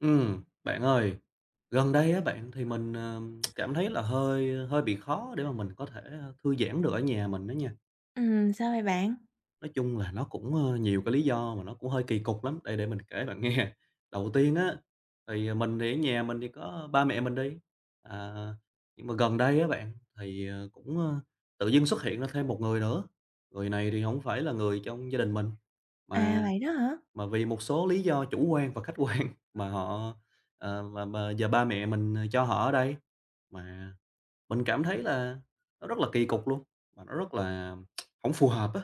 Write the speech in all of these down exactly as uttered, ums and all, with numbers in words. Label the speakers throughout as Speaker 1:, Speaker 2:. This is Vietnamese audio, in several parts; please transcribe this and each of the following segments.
Speaker 1: Ừm, bạn ơi, gần đây á bạn thì mình, ờ, cảm thấy là hơi ờ, hơi bị khó để mà mình có thể, ơ, thư giãn được ở nhà mình đó nha.
Speaker 2: Ừm, sao vậy bạn?
Speaker 1: Nói chung là nó cũng, ơ, nhiều cái lý do mà nó cũng hơi kỳ cục lắm, đây để mình kể bạn nghe. Đầu tiên á, thì ờ, mình thì ở nhà mình thì có ba mẹ mình đi, à, nhưng mà gần đây á bạn, thì, ờ, cũng, ơ, tự dưng xuất hiện ra thêm một người nữa. Người này thì không phải là người trong gia đình mình,
Speaker 2: À,
Speaker 1: mà
Speaker 2: vậy đó hả?
Speaker 1: mà vì một số lý do chủ quan và khách quan mà họ, ờ, mà mà giờ ba mẹ mình, ờ, cho họ ở đây, mà mình cảm thấy là nó rất là kỳ cục luôn, mà nó rất là không phù hợp á.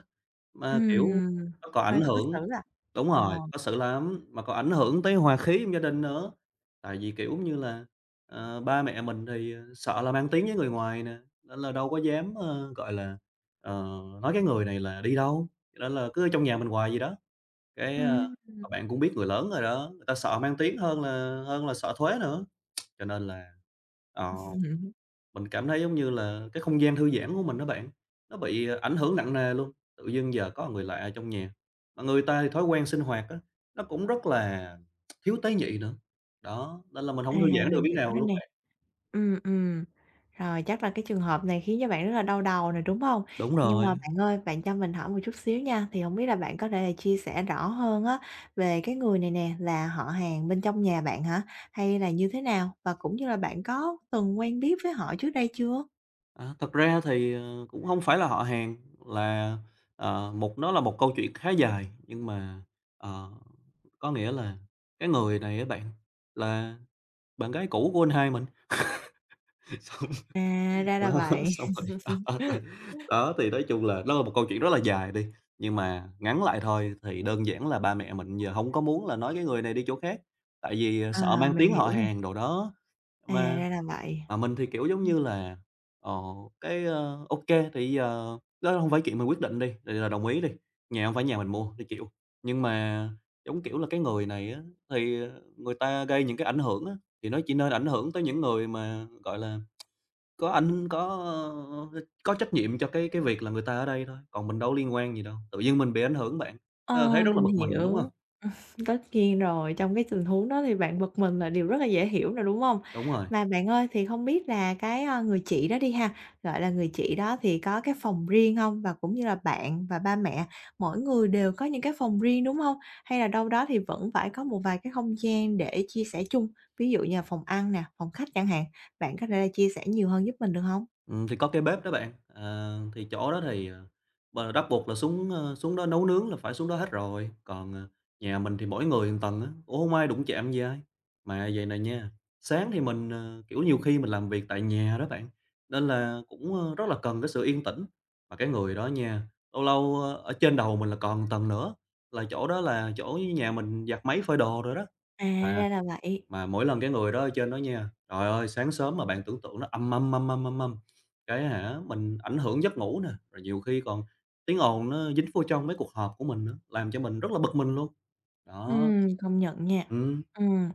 Speaker 1: Mà, kiểu,
Speaker 2: Ừm,
Speaker 1: nó còn ảnh
Speaker 2: hơi khó
Speaker 1: hưởng,
Speaker 2: xử à?
Speaker 1: đúng
Speaker 2: Ờ.
Speaker 1: rồi, có sự lắm, mà còn ảnh hưởng tới hòa khí trong gia đình nữa. Tại vì, kiểu như là, ờ, ba mẹ mình thì, ờ, sợ là mang tiếng với người ngoài nè, nên là đâu có dám, ơ, gọi là, ờ, nói cái người này là đi đâu, cho nên là cứ ở trong nhà mình hoài gì đó. Cái, ơ,
Speaker 2: Ừm.
Speaker 1: mà bạn cũng biết người lớn rồi đó, người ta sợ mang tiếng hơn là hơn là sợ thuế nữa. Cho nên là, ờ, mình cảm thấy giống như là cái không gian thư giãn của mình đó bạn, nó bị ờ, ảnh hưởng nặng nề luôn. Tự dưng giờ có người lạ ở trong nhà, mà người ta thì thói quen sinh hoạt á, nó cũng rất là thiếu tế nhị nữa. Đó, nên là mình
Speaker 2: À,
Speaker 1: hổng thư giãn được
Speaker 2: mình
Speaker 1: miếng
Speaker 2: hiểu
Speaker 1: nào
Speaker 2: rồi
Speaker 1: luôn
Speaker 2: nè.
Speaker 1: bạn.
Speaker 2: Ừm, ừm. Rồi, chắc là cái trường hợp này khiến cho bạn rất là đau đầu nè, đúng hông?
Speaker 1: Đúng
Speaker 2: Nhưng mà
Speaker 1: rồi.
Speaker 2: bạn ơi, bạn cho mình hỏi một chút xíu nha, thì hổng biết là bạn có thể là chia sẻ rõ hơn á, về cái người này nè là họ hàng bên trong nhà bạn hả? Hay là như thế nào? Và cũng như là bạn có từng quen biết với họ trước đây chưa?
Speaker 1: À, thật ra thì, ờ, cũng không phải là họ hàng, là, ờ, một nó là một câu chuyện khá dài, nhưng mà, ờ, có nghĩa là cái người này á bạn là bạn gái cũ của anh hai mình. Xong
Speaker 2: À, ra là
Speaker 1: đó,
Speaker 2: vậy.
Speaker 1: xong rồi đó, đó, thì nói chung là nó là một câu chuyện rất là dài đi, nhưng mà ngắn lại thôi thì đơn giản là ba mẹ mình giờ không có muốn là nói cái người này đi chỗ khác, tại vì, ờ, sợ
Speaker 2: À,
Speaker 1: mang
Speaker 2: mình
Speaker 1: tiếng họ
Speaker 2: hiểu nè.
Speaker 1: hàng đồ đó,
Speaker 2: À,
Speaker 1: mà
Speaker 2: ra là vậy.
Speaker 1: mà mình thì, kiểu, giống
Speaker 2: Ừm.
Speaker 1: như là, ờ, cái, ơ, ô thì bây đó không phải chuyện mình quyết định đi, thì là đồng ý đi, nhà không phải nhà mình mua, thì chịu. Nhưng mà, giống kiểu là, cái người này á, thì, ờ, người ta gây những cái ảnh hưởng á, thì nó chỉ nên ảnh hưởng tới những người mà, gọi là, có ảnh có, ơ, có trách nhiệm cho cái cái việc là người ta ở đây thôi, còn mình đâu liên quan gì đâu, tự nhiên mình bị ảnh hưởng bạn, ờ, thấy
Speaker 2: Ờ,
Speaker 1: rất là
Speaker 2: mình
Speaker 1: bực mình, đúng
Speaker 2: hiểu.
Speaker 1: không?
Speaker 2: Tất nhiên rồi, trong cái tình huống đó thì bạn bực mình là điều rất là dễ hiểu rồi, đúng không?
Speaker 1: Đúng rồi.
Speaker 2: Mà bạn ơi, thì không biết là cái, ơ, người chị đó đi ha, gọi là, người chị đó thì có cái phòng riêng không? Và cũng như là bạn và ba mẹ mỗi người đều có những cái phòng riêng, đúng không? Hay là đâu đó thì vẫn phải có một vài cái không gian để chia sẻ chung, ví dụ như là phòng ăn nè, phòng khách chẳng hạn, bạn có thể là chia sẻ nhiều hơn giúp mình được không?
Speaker 1: Ừm, thì có cái bếp đó bạn, ờ, thì chỗ đó thì, ờ, b bắt buộc là xuống, ơ, xuống đó nấu nướng là phải xuống đó hết rồi, còn, ờ, nhà mình thì mỗi người một tầng á, cũng hông ai đụng chạm gì ai. Mà vầy này nha, sáng thì mình, ờ, kiểu, nhiều khi mình làm việc tại nhà đó bạn, nên là cũng, ơ, rất là cần cái sự yên tĩnh. Mà cái người đó nha, lâu lâu, ơ, ở trên đầu mình là còn một tầng nữa, là chỗ đó là chỗ nhà mình giặt máy phơi đồ rồi đó,
Speaker 2: À, ra là vậy.
Speaker 1: mà mỗi lần cái người đó ở trên đó nha, trời ơi, sáng sớm mà bạn tưởng tượng nó "âm âm âm âm âm âm", cái hả, mình ảnh hưởng giấc ngủ nè, rồi nhiều khi còn tiếng ồn nó dính vô trong mấy cuộc họp của mình nữa, làm cho mình rất là bực mình luôn. Đó.
Speaker 2: Ừm, công nhận nha.
Speaker 1: Ừm.
Speaker 2: Ừm.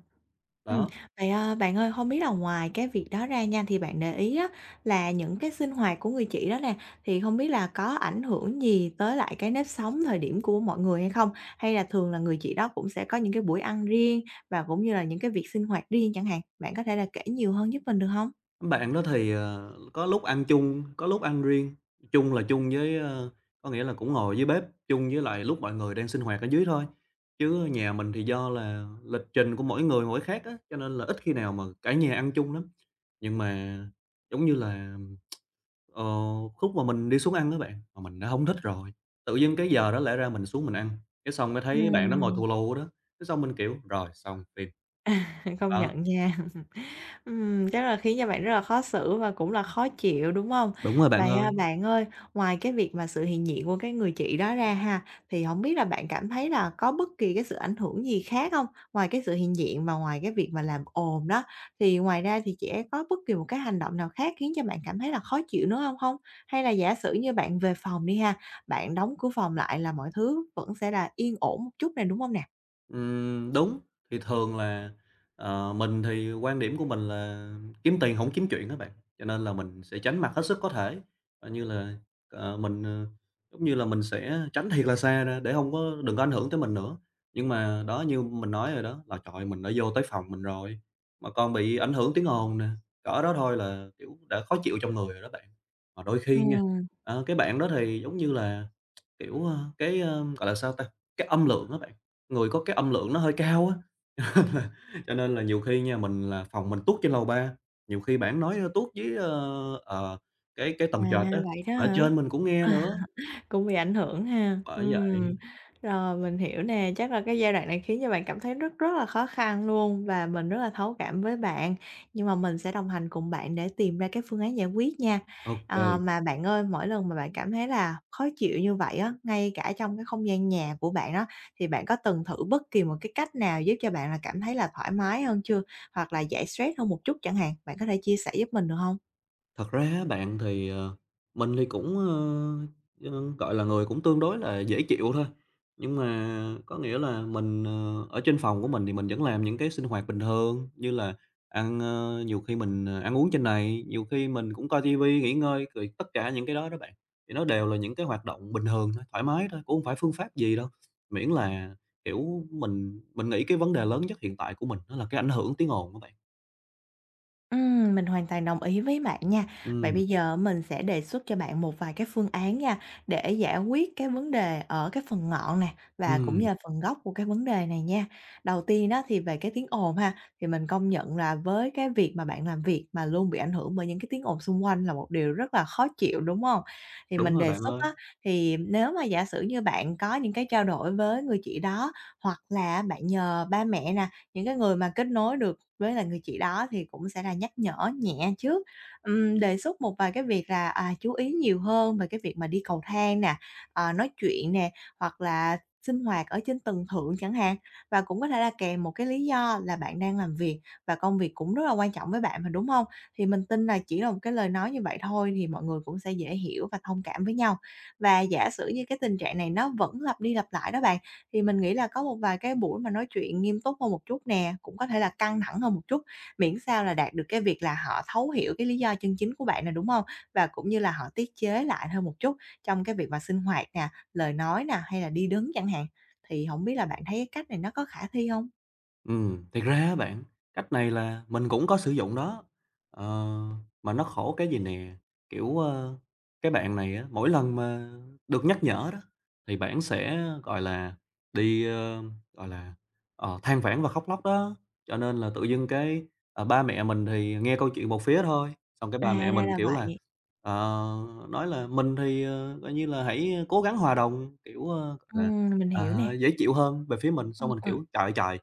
Speaker 2: Ừm,
Speaker 1: Đó.
Speaker 2: vậy, ờ, bạn ơi, hông biết là ngoài cái việc đó ra nha, thì bạn để ý á là những cái sinh hoạt của người chị đó nè, thì hông biết là có ảnh hưởng gì tới lại cái nếp sống thời điểm của mọi người hay không? Hay là thường là người chị đó cũng sẽ có những cái buổi ăn riêng và cũng như là những cái việc sinh hoạt riêng chẳng hạn? Bạn có thể là kể nhiều hơn giúp mình được hông?
Speaker 1: Bạn đó thì, ờ, có lúc ăn chung, có lúc ăn riêng. Chung là chung với, ơ, có nghĩa là cũng ngồi dưới bếp chung với lại lúc mọi người đang sinh hoạt ở dưới thôi. Chứ nhà mình thì do là lịch trình của mỗi người mỗi khác á, cho nên là ít khi nào mà cả nhà ăn chung lắm. Nhưng mà, giống như là, ờ, khúc mà mình đi xuống ăn á bạn, mà mình đã không thích rồi, tự dưng cái giờ đó lẽ ra mình xuống mình ăn, cái xong mới thấy bạn đó ngồi
Speaker 2: Ừm,
Speaker 1: thù lù đó, cái xong mình, kiểu, rồi xong phim.
Speaker 2: công
Speaker 1: Đó,
Speaker 2: nhận nha. Ừm, chắc là khiến cho bạn rất là khó xử và cũng là khó chịu, đúng không?
Speaker 1: đúng rồi bạn
Speaker 2: Vậy, à,
Speaker 1: ơi.
Speaker 2: bạn ơi, ngoài cái việc mà sự hiện diện của cái người chị đó ra ha, thì không biết là bạn cảm thấy là có bất kỳ cái sự ảnh hưởng gì khác không? Ngoài cái sự hiện diện và ngoài cái việc mà làm ồn đó, thì ngoài ra thì chị ấy có bất kỳ một cái hành động nào khác khiến cho bạn cảm thấy là khó chịu nữa không không? Hay là giả sử như bạn về phòng đi ha, bạn đóng cửa phòng lại là mọi thứ vẫn sẽ là yên ổn một chút này đúng không nè?
Speaker 1: Ừm, đúng, thì thường là, ờ, mình thì quan điểm của mình là kiếm tiền không kiếm chuyện á bạn, cho nên là mình sẽ tránh mặt hết sức có thể, coi như là, ờ, mình, ờ, giống như là, mình sẽ tránh thiệt là xa ra để không có đừng có ảnh hưởng tới mình nữa. Nhưng mà đó, như mình nói rồi đó, là trời ơi, mình đã vô tới phòng mình rồi, mà còn bị ảnh hưởng tiếng ồn nè, cỡ đó thôi là, kiểu, đã khó chịu trong người rồi đó bạn. Mà đôi
Speaker 2: Ừ,
Speaker 1: khi nha, ờ, cái bạn đó thì giống như là, kiểu, ơ, cái, ơ, gọi là sao ta, cái âm lượng á bạn, người có cái âm lượng nó hơi cao á, là- cho nên là nhiều khi nha, mình là phòng mình tuốt trên lầu ba, nhiều khi bản nói ờ, tuốt với ơ, ờ, cái cái
Speaker 2: À,
Speaker 1: tầng trệt á,
Speaker 2: vậy đó
Speaker 1: mà ở
Speaker 2: hả?
Speaker 1: trên mình cũng nghe nữa,
Speaker 2: Cũng bị ảnh hưởng ha.
Speaker 1: bởi
Speaker 2: Ừm,
Speaker 1: vậy.
Speaker 2: rồi mình hiểu nè, chắc là cái giai đoạn này khiến cho bạn cảm thấy rất rất là khó khăn luôn và mình rất là thấu cảm với bạn, nhưng mà mình sẽ đồng hành cùng bạn để tìm ra cái phương án giải quyết nha. Ờ,
Speaker 1: Ok.
Speaker 2: mà bạn ơi, mỗi lần mà bạn cảm thấy là khó chịu như vậy á, ngay cả trong cái không gian nhà của bạn đó, thì bạn có từng thử bất kỳ một cái cách nào giúp cho bạn là cảm thấy là thoải mái hơn chưa? Hoặc là giải stress hơn một chút chẳng hạn, bạn có thể chia sẻ giúp mình được không?
Speaker 1: Thật ra á bạn thì, ờ, mình thì cũng, ơ, ơ, gọi là, người cũng tương đối là dễ chịu thôi, nhưng mà có nghĩa là mình, ờ, ở trên phòng của mình thì mình vẫn làm những cái sinh hoạt bình thường như là ăn, ơ nhiều khi mình, ờ, ăn uống trên này, nhiều khi mình cũng coi tivi nghỉ ngơi, rồi tất cả những cái đó đó bạn, thì nó đều là những cái hoạt động bình thường thôi, thoải mái thôi, cũng không phải phương pháp gì đâu. Miễn là, kiểu, mình mình nghĩ cái vấn đề lớn nhất hiện tại của mình đó là cái ảnh hưởng tiếng ồn á bạn.
Speaker 2: Ừm, mình hoàn toàn đồng ý với bạn nha. Vậy
Speaker 1: Ừm,
Speaker 2: bây giờ mình sẽ đề xuất cho bạn một vài cái phương án nha, để giải quyết cái vấn đề ở cái phần ngọn nè, và cũng như
Speaker 1: ừm,
Speaker 2: là phần gốc của cái vấn đề này nha. Đầu tiên đó thì về cái tiếng ồn ha, thì mình công nhận là với cái việc mà bạn làm việc mà luôn bị ảnh hưởng bởi những cái tiếng ồn xung quanh là một điều rất là khó chịu, đúng không? Thì
Speaker 1: đúng
Speaker 2: mình
Speaker 1: rồi
Speaker 2: đề
Speaker 1: bạn
Speaker 2: xuất
Speaker 1: ơi.
Speaker 2: á, thì nếu mà giả sử như bạn có những cái trao đổi với người chị đó, hoặc là bạn nhờ ba mẹ nè, những cái người mà kết nối được với là người chị đó thì cũng sẽ là nhắc nhở nhẹ trước, ừm, đề xuất một vài cái việc là, à, chú ý nhiều hơn về cái việc mà đi cầu thang nè, ờ, nói chuyện nè, hoặc là sinh hoạt ở trên tầng thượng chẳng hạn. Và cũng có thể là kèm một cái lý do là bạn đang làm việc và công việc cũng rất là quan trọng với bạn mà, đúng không? Thì mình tin là chỉ là một cái lời nói như vậy thôi thì mọi người cũng sẽ dễ hiểu và thông cảm với nhau. Và giả sử như cái tình trạng này nó vẫn lặp đi lặp lại đó bạn, thì mình nghĩ là có một vài cái buổi mà nói chuyện nghiêm túc hơn một chút nè, cũng có thể là căng thẳng hơn một chút, miễn sao là đạt được cái việc là họ thấu hiểu cái lý do chân chính của bạn nè, đúng không? Và cũng như là họ tiết chế lại hơn một chút trong cái việc mà sinh hoạt nè, lời nói nè, hay là đi đứng chẳng hạn. Thì không biết là bạn thấy cái cách này nó có khả thi không?
Speaker 1: Ừm, thiệt ra á bạn, cách này là mình cũng có sử dụng đó, ờ, mà nó khổ cái gì nè, kiểu, ơ, cái bạn này á, mỗi lần mà được nhắc nhở đó, thì bạn sẽ, gọi là, đi, ơ, gọi là, ờ, than vãn và khóc lóc đó. Cho nên là tự dưng cái, ờ, ba mẹ mình thì nghe câu chuyện một phía thôi, xong cái ba
Speaker 2: À,
Speaker 1: mẹ
Speaker 2: ra
Speaker 1: mình,
Speaker 2: là
Speaker 1: kiểu là,
Speaker 2: vậy.
Speaker 1: ờ, nói là mình thì, ờ, coi như là, hãy cố gắng hòa đồng, kiểu, ơ, gọi là,
Speaker 2: Ừm, mình hiểu
Speaker 1: à,
Speaker 2: nè.
Speaker 1: dễ chịu hơn về phía mình.
Speaker 2: Ừm,
Speaker 1: Xong mình,
Speaker 2: ừm.
Speaker 1: kiểu, "Trời trời!"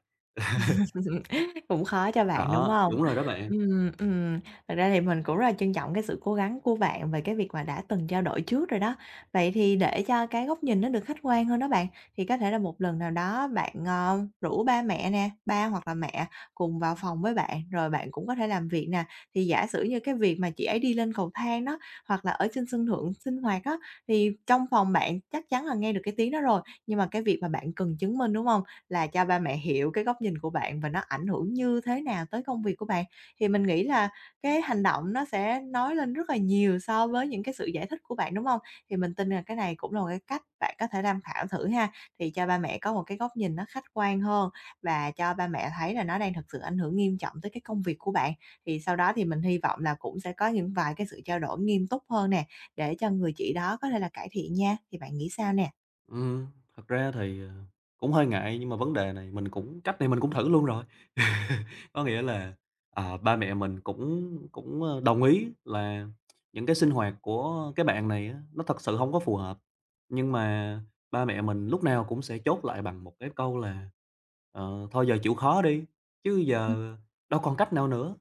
Speaker 2: Cũng khó cho bạn, đúng
Speaker 1: Đó,
Speaker 2: không?
Speaker 1: đúng rồi đó bạn.
Speaker 2: Ừm, ừm, thật ra thì mình cũng rất là trân trọng cái sự cố gắng của bạn về cái việc mà đã từng trao đổi trước rồi đó. Vậy thì để cho cái góc nhìn nó được khách quan hơn đó bạn, thì có thể là một lần nào đó bạn, ờ, rủ ba mẹ nè, ba hoặc là mẹ cùng vào phòng với bạn, rồi bạn cũng có thể làm việc nè. Thì giả sử như cái việc mà chị ấy đi lên cầu thang đó, hoặc là ở trên sân thượng sinh hoạt đó, thì trong phòng bạn chắc chắn là nghe được cái tiếng đó rồi, nhưng mà cái việc mà bạn cần chứng minh, đúng không? Là cho ba mẹ hiểu cái góc nhìn của bạn và nó ảnh hưởng như thế nào tới công việc của bạn. Thì mình nghĩ là cái hành động nó sẽ nói lên rất là nhiều so với những cái sự giải thích của bạn, đúng không? Thì mình tin là cái này cũng là một cái cách bạn có thể tham khảo thử ha, thì cho ba mẹ có một cái góc nhìn nó khách quan hơn và cho ba mẹ thấy là nó đang thực sự ảnh hưởng nghiêm trọng tới cái công việc của bạn. Thì sau đó thì mình hy vọng là cũng sẽ có những vài cái sự trao đổi nghiêm túc hơn nè, để cho người chị đó có thể là cải thiện nha, thì bạn nghĩ sao nè?
Speaker 1: Ừm, thật ra thì, ờ, cũng hơi ngại nhưng mà vấn đề này mình cũng cách này mình cũng thử luôn rồi. Có nghĩa là, ờ, ba mẹ mình cũng cũng, ơ, đồng ý là những cái sinh hoạt của cái bạn này á, nó thật sự không có phù hợp. Nhưng mà ba mẹ mình lúc nào cũng sẽ chốt lại bằng một cái câu là "Ờ, thôi giờ chịu khó đi, chứ
Speaker 2: Ừm.
Speaker 1: giờ đâu còn cách nào nữa."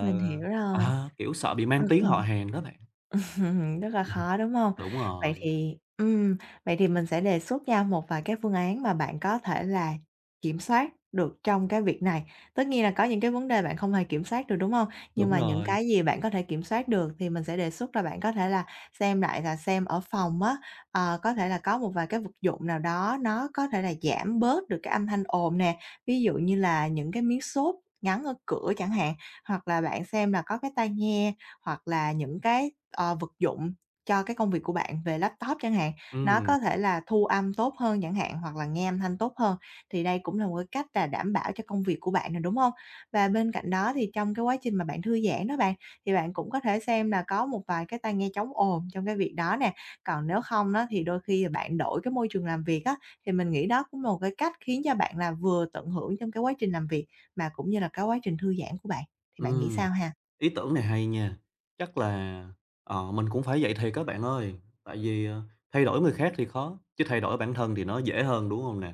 Speaker 2: Mình hiểu rồi.
Speaker 1: à, kiểu, sợ bị
Speaker 2: Ừm,
Speaker 1: mang tiếng họ
Speaker 2: ừm.
Speaker 1: hàng đó bạn.
Speaker 2: Rất là khó, đúng không?
Speaker 1: Đúng
Speaker 2: Vậy
Speaker 1: rồi,
Speaker 2: thì ừm, vậy thì mình sẽ đề xuất nha một vài cái phương án mà bạn có thể là kiểm soát được trong cái việc này. Tất nhiên là có những cái vấn đề bạn không hề kiểm soát được, đúng không? Nhưng
Speaker 1: đúng
Speaker 2: mà những
Speaker 1: rồi.
Speaker 2: cái gì bạn có thể kiểm soát được thì mình sẽ đề xuất là bạn có thể là xem lại là xem ở phòng á, ờ, có thể là có một vài cái vật dụng nào đó nó có thể là giảm bớt được cái âm thanh ồn nè, ví dụ như là những cái miếng xốp gắn ở cửa chẳng hạn, hoặc là bạn xem là có cái tai nghe, hoặc là những cái ờ, vật dụng cho cái công việc của bạn về laptop chẳng hạn, nó
Speaker 1: Ừm,
Speaker 2: có thể là thu âm tốt hơn chẳng hạn, hoặc là nghe âm thanh tốt hơn, thì đây cũng là một cái cách là đảm bảo cho công việc của bạn nè, đúng không? Và bên cạnh đó thì trong cái quá trình mà bạn thư giãn đó bạn, thì bạn cũng có thể xem là có một vài cái tai nghe chống ồn trong cái việc đó nè. Còn nếu không đó thì đôi khi là bạn đổi cái môi trường làm việc á, thì mình nghĩ đó cũng là một cái cách khiến cho bạn là vừa tận hưởng trong cái quá trình làm việc, mà cũng như là cái quá trình thư giãn của bạn, thì bạn nghĩ
Speaker 1: ừm.
Speaker 2: sao ha?
Speaker 1: Ý tưởng này hay nha, chắc là, ờ, mình cũng phải vậy thiệt các bạn ơi, tại vì, ờ, thay đổi người khác thì khó, chứ thay đổi bản thân thì nó dễ hơn, đúng không nè?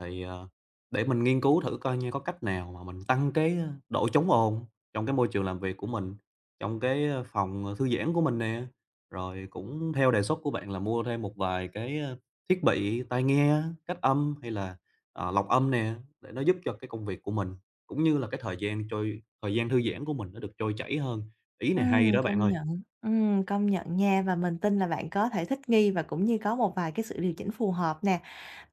Speaker 1: Thì, ờ, để mình nghiên cứu thử coi nha có cách nào mà mình tăng cái, ơ, độ chống ồn trong cái môi trường làm việc của mình, trong cái, ơ, phòng, ờ, thư giãn của mình nè. Rồi cũng theo đề xuất của bạn là mua thêm một vài cái, ơ, thiết bị tai nghe, cách âm hay là, ờ, lọc âm nè, để nó giúp cho cái công việc của mình, cũng như là cái thời gian trôi thời gian thư giãn của mình nó được trôi chảy hơn. Ý này hay
Speaker 2: Ừm,
Speaker 1: đó bạn
Speaker 2: công
Speaker 1: ơi.
Speaker 2: nhận, ừm, công nhận nha, và mình tin là bạn có thể thích nghi và cũng như có một vài cái sự điều chỉnh phù hợp nè.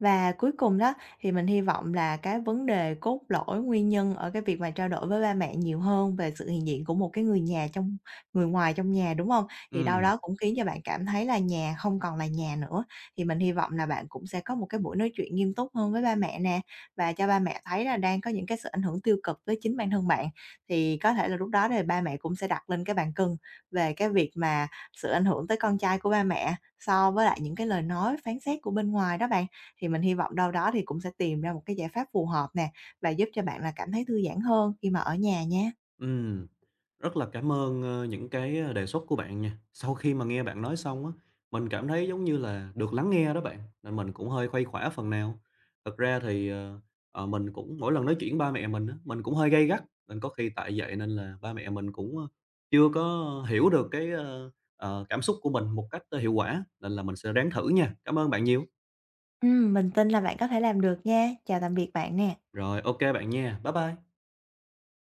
Speaker 2: Và cuối cùng đó, thì mình hy vọng là cái vấn đề cốt lõi, nguyên nhân ở cái việc mà trao đổi với ba mẹ nhiều hơn về sự hiện diện của một cái người nhà trong người ngoài trong nhà, đúng không? Thì đâu
Speaker 1: Ừm.
Speaker 2: đó cũng khiến cho bạn cảm thấy là nhà không còn là nhà nữa. Thì mình hy vọng là bạn cũng sẽ có một cái buổi nói chuyện nghiêm túc hơn với ba mẹ nè, và cho ba mẹ thấy là đang có những cái sự ảnh hưởng tiêu cực tới chính bản thân bạn. Thì có thể là lúc đó thì ba mẹ cũng sẽ đặt lên cái bàn cân về cái việc mà sự ảnh hưởng tới con trai của ba mẹ so với lại những cái lời nói phán xét của bên ngoài đó bạn. Thì mình hy vọng đâu đó thì cũng sẽ tìm ra một cái giải pháp phù hợp nè, và giúp cho bạn là cảm thấy thư giãn hơn khi mà ở nhà nha.
Speaker 1: Ừm, rất là cảm ơn, ơ, những cái, ơ, đề xuất của bạn nha. Sau khi mà nghe bạn nói xong á, mình cảm thấy giống như là được lắng nghe đó bạn, nên mình cũng hơi khuây khỏa phần nào. Thật ra thì, ờ, ờ, mình cũng mỗi lần nói chuyện với ba mẹ mình á, mình cũng hơi gay gắt, nên có khi tại vậy nên là ba mẹ mình cũng, ơ, chưa có hiểu được cái, ơ, ờ, cảm xúc của mình một cách, ơ, hiệu quả, nên là mình sẽ ráng thử nha. Cảm ơn bạn nhiều.
Speaker 2: Ừm, mình tin là bạn có thể làm được nha. Chào tạm biệt bạn nè.
Speaker 1: Rồi, ok bạn nha. Bye bye.